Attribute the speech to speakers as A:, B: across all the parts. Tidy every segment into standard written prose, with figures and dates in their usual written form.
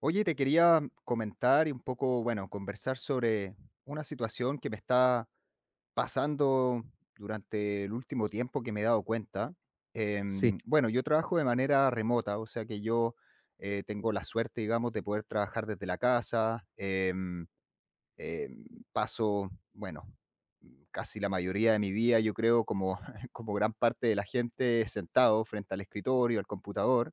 A: Oye, te quería comentar y un poco, bueno, conversar sobre una situación que me está pasando durante el último tiempo que me he dado cuenta.
B: Sí,
A: Bueno, yo trabajo de manera remota, o sea que yo tengo la suerte, digamos, de poder trabajar desde la casa. Em, Paso, bueno, casi la mayoría de mi día, yo creo, como, como gran parte de la gente, sentado frente al escritorio, al computador.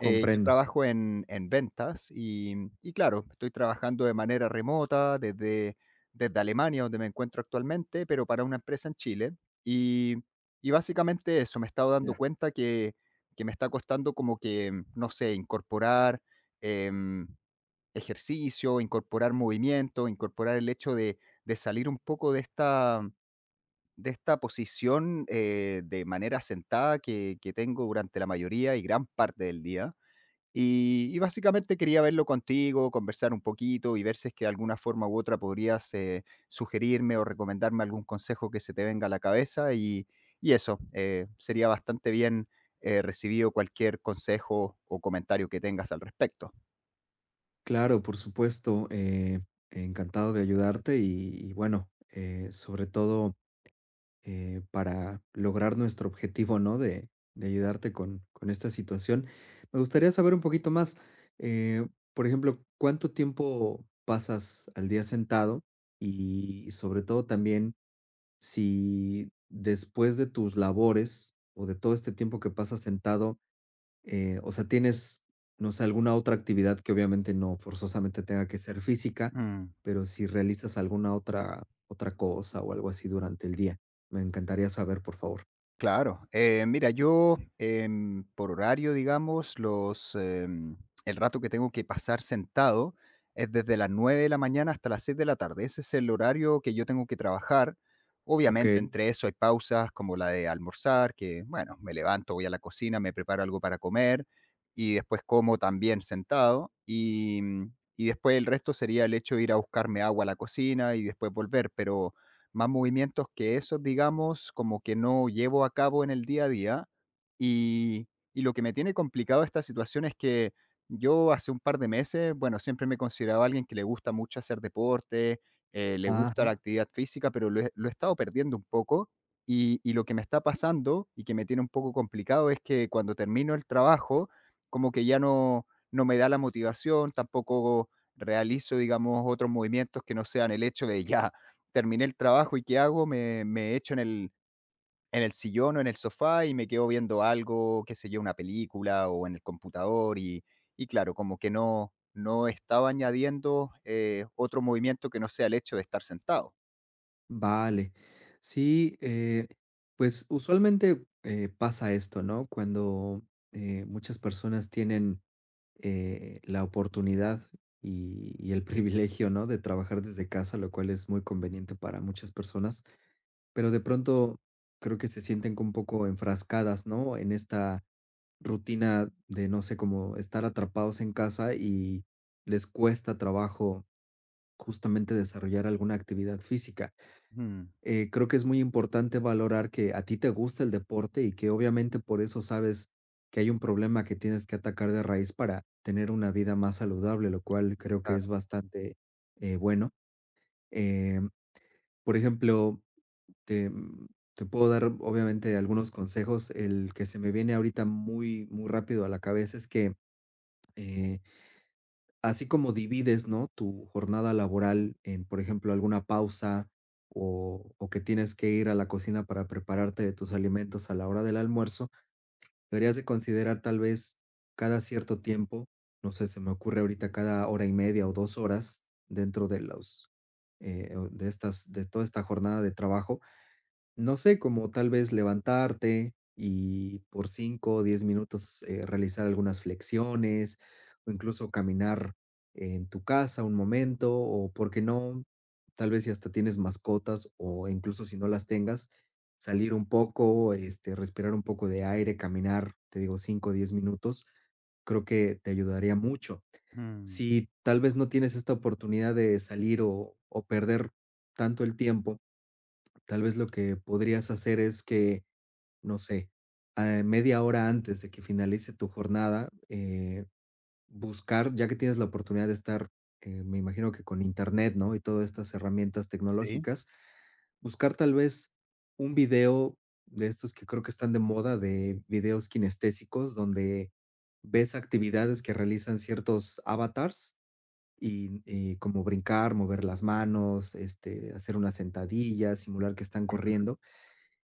A: Yo trabajo en ventas y claro, estoy trabajando de manera remota desde, Alemania, donde me encuentro actualmente, pero para una empresa en Chile. Y, y básicamente eso, me he estado dando
B: Ya.
A: cuenta que, me está costando como que, no sé, incorporar em, ejercicio, incorporar movimiento, incorporar el hecho de, salir un poco de esta posición, de manera sentada que tengo durante la mayoría y gran parte del día. Y básicamente quería verlo contigo, conversar un poquito y ver si es que de alguna forma u otra podrías, sugerirme o recomendarme algún consejo que se te venga a la cabeza. Y eso, sería bastante bien, recibido cualquier consejo o comentario que tengas al respecto.
B: Claro, por supuesto, encantado de ayudarte y bueno, sobre todo para lograr nuestro objetivo, ¿no? De ayudarte con esta situación. Me gustaría saber un poquito más, eh, por ejemplo, ¿cuánto tiempo pasas al día sentado? Y sobre todo también si después de tus labores o de todo este tiempo que pasas sentado, o sea, tienes, no sé, alguna otra actividad que obviamente no forzosamente tenga que ser física,
A: Mm.
B: pero si realizas alguna otra cosa o algo así durante el día. Me encantaría saber, por favor.
A: Claro, mira, yo, por horario, digamos, los, el rato que tengo que pasar sentado es desde las 9 de la mañana hasta las 6 de la tarde. Ese es el horario que yo tengo que trabajar. Obviamente,
B: Ok.
A: entre eso hay pausas como la de almorzar, que, bueno, me levanto, voy a la cocina, me preparo algo para comer y después como también sentado. Y después el resto sería el hecho de ir a buscarme agua a la cocina y después volver, pero más movimientos que esos, digamos, como que no llevo a cabo en el día a día. Y, y lo que me tiene complicado esta situación es que yo hace un par de meses, bueno, siempre me consideraba alguien que le gusta mucho hacer deporte, le gusta la
B: Ajá.
A: actividad física, pero lo he estado perdiendo un poco. Y lo que me está pasando y que me tiene un poco complicado es que cuando termino el trabajo, como que ya no me da la motivación, tampoco realizo, digamos, otros movimientos que no sean el hecho de ya terminé el trabajo y ¿qué hago? Me echo en el sillón o en el sofá y me quedo viendo algo, qué sé yo, una película o en el computador. Y claro, como que no estaba añadiendo, otro movimiento que no sea el hecho de estar sentado.
B: Vale. Sí, pues usualmente pasa esto, ¿no? Cuando muchas personas tienen la oportunidad y el privilegio, ¿no? De trabajar desde casa, lo cual es muy conveniente para muchas personas, pero de pronto creo que se sienten como un poco enfrascadas, ¿no? En esta rutina de, no sé, como estar atrapados en casa y les cuesta trabajo justamente desarrollar alguna actividad física.
A: Mm,
B: Creo que es muy importante valorar que a ti te gusta el deporte y que obviamente por eso sabes que hay un problema que tienes que atacar de raíz para tener una vida más saludable, lo cual creo que
A: claro,
B: es bastante bueno. Eh, por ejemplo, te, mm, te puedo dar obviamente algunos consejos. El que se me viene ahorita muy, muy rápido a la cabeza es que eh, así como divides, ¿no?, tu jornada laboral en, por ejemplo, alguna pausa o que tienes que ir a la cocina para prepararte de tus alimentos a la hora del almuerzo, deberías de considerar tal vez cada cierto tiempo, no sé, se me ocurre ahorita cada hora y media o 2 horas dentro de los, o de estas de toda esta jornada de trabajo, no sé, como tal vez levantarte y por 5 o 10 minutos, realizar algunas flexiones, o incluso caminar en tu casa un momento, o por qué no, tal vez si hasta tienes mascotas o incluso si no las tengas, salir un poco, este, respirar un poco de aire, caminar, te digo, 5 o 10 minutos, creo que te ayudaría mucho.
A: mm,
B: Si tal vez no tienes esta oportunidad de salir o perder tanto el tiempo, tal vez lo que podrías hacer es que, no sé, media hora antes de que finalice tu jornada, buscar, ya que tienes la oportunidad de estar, me imagino que con internet, ¿no? Y todas estas herramientas
A: sí.
B: tecnológicas, buscar tal vez un video de estos que creo que están de moda, de videos kinestésicos, donde ves actividades que realizan ciertos avatars y, como brincar, mover las manos, este, hacer una sentadilla, simular que están corriendo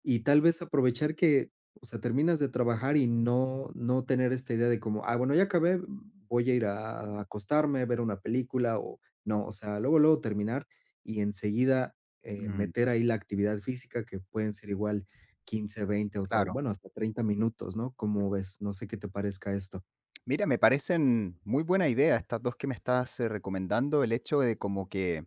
B: y tal vez aprovechar que, o sea, terminas de trabajar y no tener esta idea de como: "Ah, bueno, ya acabé, voy a ir a acostarme, ver una película", o no, o sea, luego, luego terminar y enseguida,
A: Ujú, mm,
B: meter ahí la actividad física, que pueden ser igual 15, 20 o
A: claro.
B: bueno, hasta 30 minutos, ¿no? ¿Cómo ves? No sé qué te parezca esto.
A: Mira, me parecen muy buena idea estas 2 que me estás, recomendando, el hecho de como que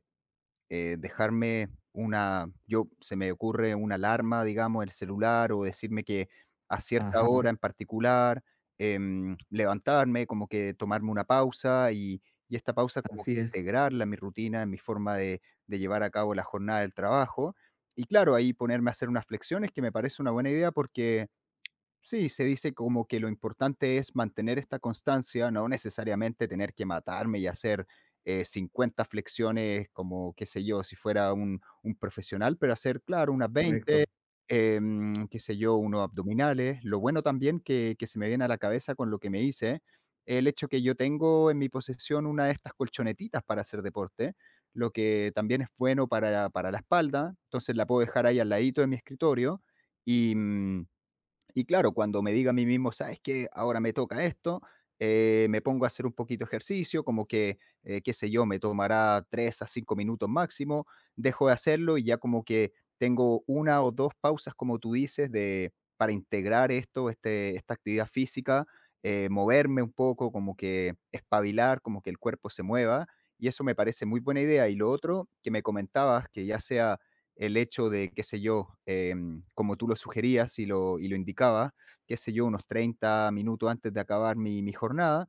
A: dejarme una, yo se me ocurre una alarma, digamos, en el celular o decirme que a cierta hora
B: Ajá,
A: en particular, levantarme, como que tomarme una pausa y esta pausa como
B: así es,
A: integrarla en mi rutina, en mi forma de, llevar a cabo la jornada del trabajo. Y claro, ahí ponerme a hacer unas flexiones que me parece una buena idea porque sí, se dice como que lo importante es mantener esta constancia, no necesariamente tener que matarme y hacer 50 flexiones como, qué sé yo, si fuera un profesional, pero hacer, claro, unas 20,
B: correcto.
A: qué sé yo, unos abdominales. Lo bueno también que, se me viene a la cabeza con lo que me hice, el hecho que yo tengo en mi posesión una de estas colchonetitas para hacer deporte, lo que también es bueno para la espalda, entonces la puedo dejar ahí al ladito de mi escritorio. Y... mm, y claro, cuando me diga a mí mismo: "¿Sabes que ahora me toca esto?", me pongo a hacer un poquito de ejercicio, como que, qué sé yo, me tomará 3 a 5 minutos máximo, dejo de hacerlo y ya como que tengo una o dos pausas, como tú dices, de, para integrar esto, este, esta actividad física, moverme un poco, como que espabilar, como que el cuerpo se mueva. Y eso me parece muy buena idea. Y lo otro que me comentabas, que ya sea el hecho de, qué sé yo, como tú lo sugerías y lo indicabas, qué sé yo, unos 30 minutos antes de acabar mi jornada,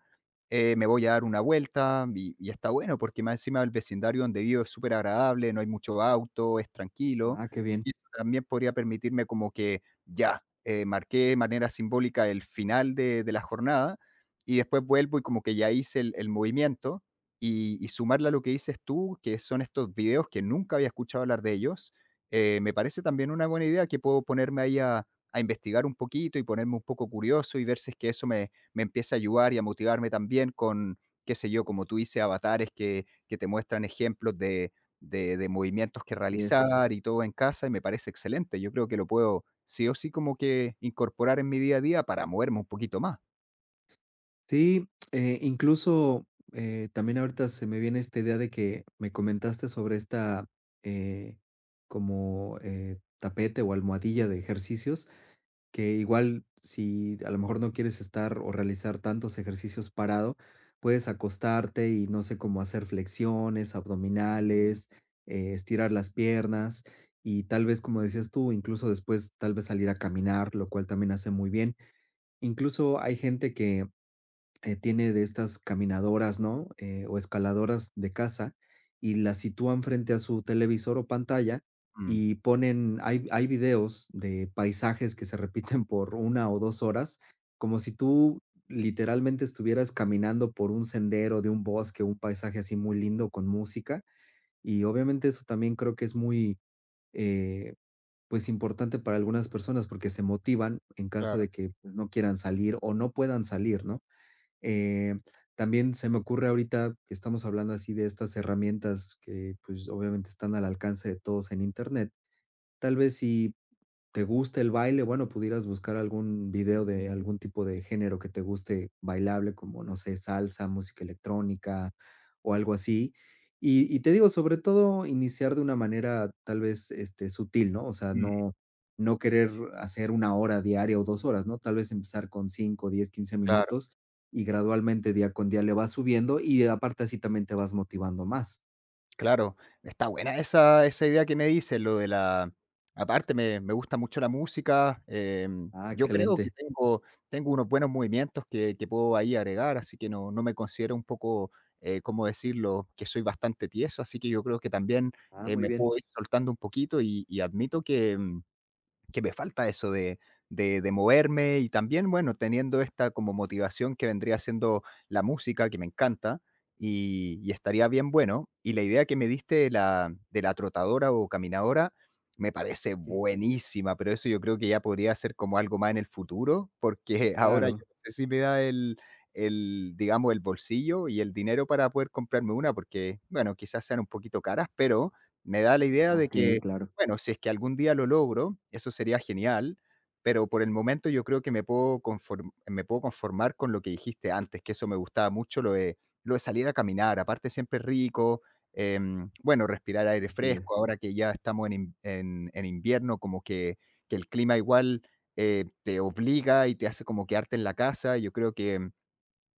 A: me voy a dar una vuelta y está bueno, porque más encima el vecindario donde vivo es súper agradable, no hay mucho auto, es tranquilo,
B: Ah, qué bien,
A: y eso también podría permitirme como que ya, marqué de manera simbólica el final de la jornada, y después vuelvo y como que ya hice el movimiento, y sumarle a lo que dices tú, que son estos videos que nunca había escuchado hablar de ellos. Me parece también una buena idea que puedo ponerme ahí a, investigar un poquito y ponerme un poco curioso y ver si es que eso me empieza a ayudar y a motivarme también con, qué sé yo, como tú dices, avatares que, te muestran ejemplos de movimientos que
B: así es.
A: realizar y todo en casa y me parece excelente. Yo creo que lo puedo sí o sí como que incorporar en mi día a día para moverme un poquito más.
B: Sí, incluso, también ahorita se me viene esta idea de que me comentaste sobre esta, eh, como, tapete o almohadilla de ejercicios, que igual si a lo mejor no quieres estar o realizar tantos ejercicios parado, puedes acostarte y no sé, cómo hacer flexiones, abdominales, estirar las piernas y tal vez, como decías tú, incluso después tal vez salir a caminar, lo cual también hace muy bien. Incluso hay gente que tiene de estas caminadoras, ¿no? O escaladoras de casa y las sitúan frente a su televisor o pantalla
A: Mm.
B: y ponen, hay videos de paisajes que se repiten por una o dos horas, como si tú literalmente estuvieras caminando por un sendero de un bosque, un paisaje así muy lindo con música. Y obviamente eso también creo que es muy, eh, pues importante para algunas personas porque se motivan en caso
A: Claro,
B: de que no quieran salir o no puedan salir, ¿no? Eh, también se me ocurre ahorita que estamos hablando así de estas herramientas que pues obviamente están al alcance de todos en Internet. Tal vez si te gusta el baile, bueno, pudieras buscar algún video de algún tipo de género que te guste bailable, como, no sé, salsa, música electrónica o algo así. Y te digo, sobre todo, iniciar de una manera tal vez este, sutil, ¿no? O sea,
A: mm,
B: no, no querer hacer una hora diaria o dos horas, ¿no? Tal vez empezar con 5 10 15
A: claro.
B: minutos y gradualmente día con día le vas subiendo y aparte así también te vas motivando más.
A: Claro, está buena esa idea que me dices, lo de la, aparte me gusta mucho la música,
B: Ah,
A: yo creo que
B: excelente.
A: tengo unos buenos movimientos que puedo ahí agregar, así que no me considero un poco, ¿cómo decirlo?, que soy bastante tieso, así que yo creo que también,
B: Ah, muy
A: me
B: bien.
A: puedo ir soltando un poquito y admito que me falta eso de, moverme y también, bueno, teniendo esta como motivación que vendría siendo la música, que me encanta, y estaría bien bueno. Y la idea que me diste de la trotadora o caminadora me parece
B: Sí,
A: buenísima, pero eso yo creo que ya podría ser como algo más en el futuro, porque ahora yo
B: claro.
A: no sé si me da el, digamos, el bolsillo y el dinero para poder comprarme una, porque, bueno, quizás sean un poquito caras, pero me da la idea de
B: Ok,
A: que,
B: claro.
A: bueno, si es que algún día lo logro, eso sería genial, pero por el momento yo creo que me puedo conformar con lo que dijiste antes, que eso me gustaba mucho, lo de salir a caminar, aparte siempre es rico, bueno, respirar aire
B: Así es.
A: fresco, ahora que ya estamos en in en en invierno, como que el clima igual, te obliga y te hace como quedarte en la casa, yo creo que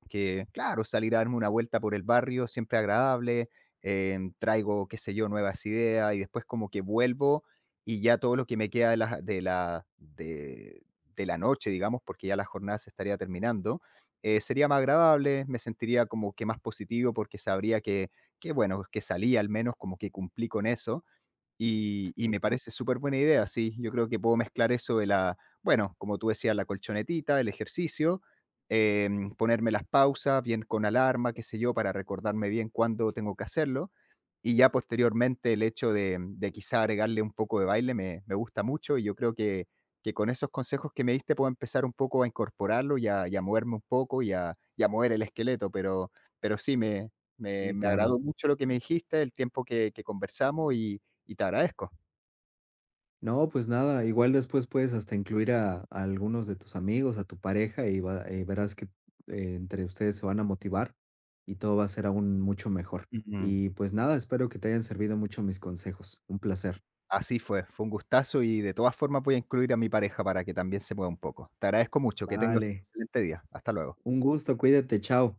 A: que, claro, salir a darme una vuelta por el barrio siempre agradable, traigo, qué sé yo, nuevas ideas y después como que vuelvo y ya todo lo que me queda de la noche, digamos, porque ya la jornada se estaría terminando, sería más agradable, me sentiría como que más positivo porque sabría que bueno, que salí al menos como que cumplí con eso y me
B: Sí.
A: parece súper buena idea, sí. Yo creo que puedo mezclar eso de la, bueno, como tú decías, la colchonetita, el ejercicio, ponerme las pausas, bien con alarma, qué sé yo, para recordarme bien cuándo tengo que hacerlo. Y ya posteriormente el hecho de quizá agregarle un poco de baile me gusta mucho, y yo creo que con esos consejos que me diste puedo empezar un poco a incorporarlo y a moverme un poco y a mover el esqueleto, pero sí, me me
B: Sí,
A: me
B: claro.
A: agradó mucho lo que me dijiste, el tiempo que conversamos y te agradezco.
B: No, pues nada, igual después puedes hasta incluir a algunos de tus amigos, a tu pareja y, verás que entre ustedes se van a motivar y todo va a ser aún mucho mejor.
A: Ujú.
B: Y pues nada, espero que te hayan servido mucho mis consejos. Un placer.
A: Así fue, fue un gustazo y de todas formas voy a incluir a mi pareja para que también se mueva un poco. Te agradezco mucho, que tengas un
B: Vale,
A: excelente día. Hasta luego.
B: un gusto, cuídate, chao.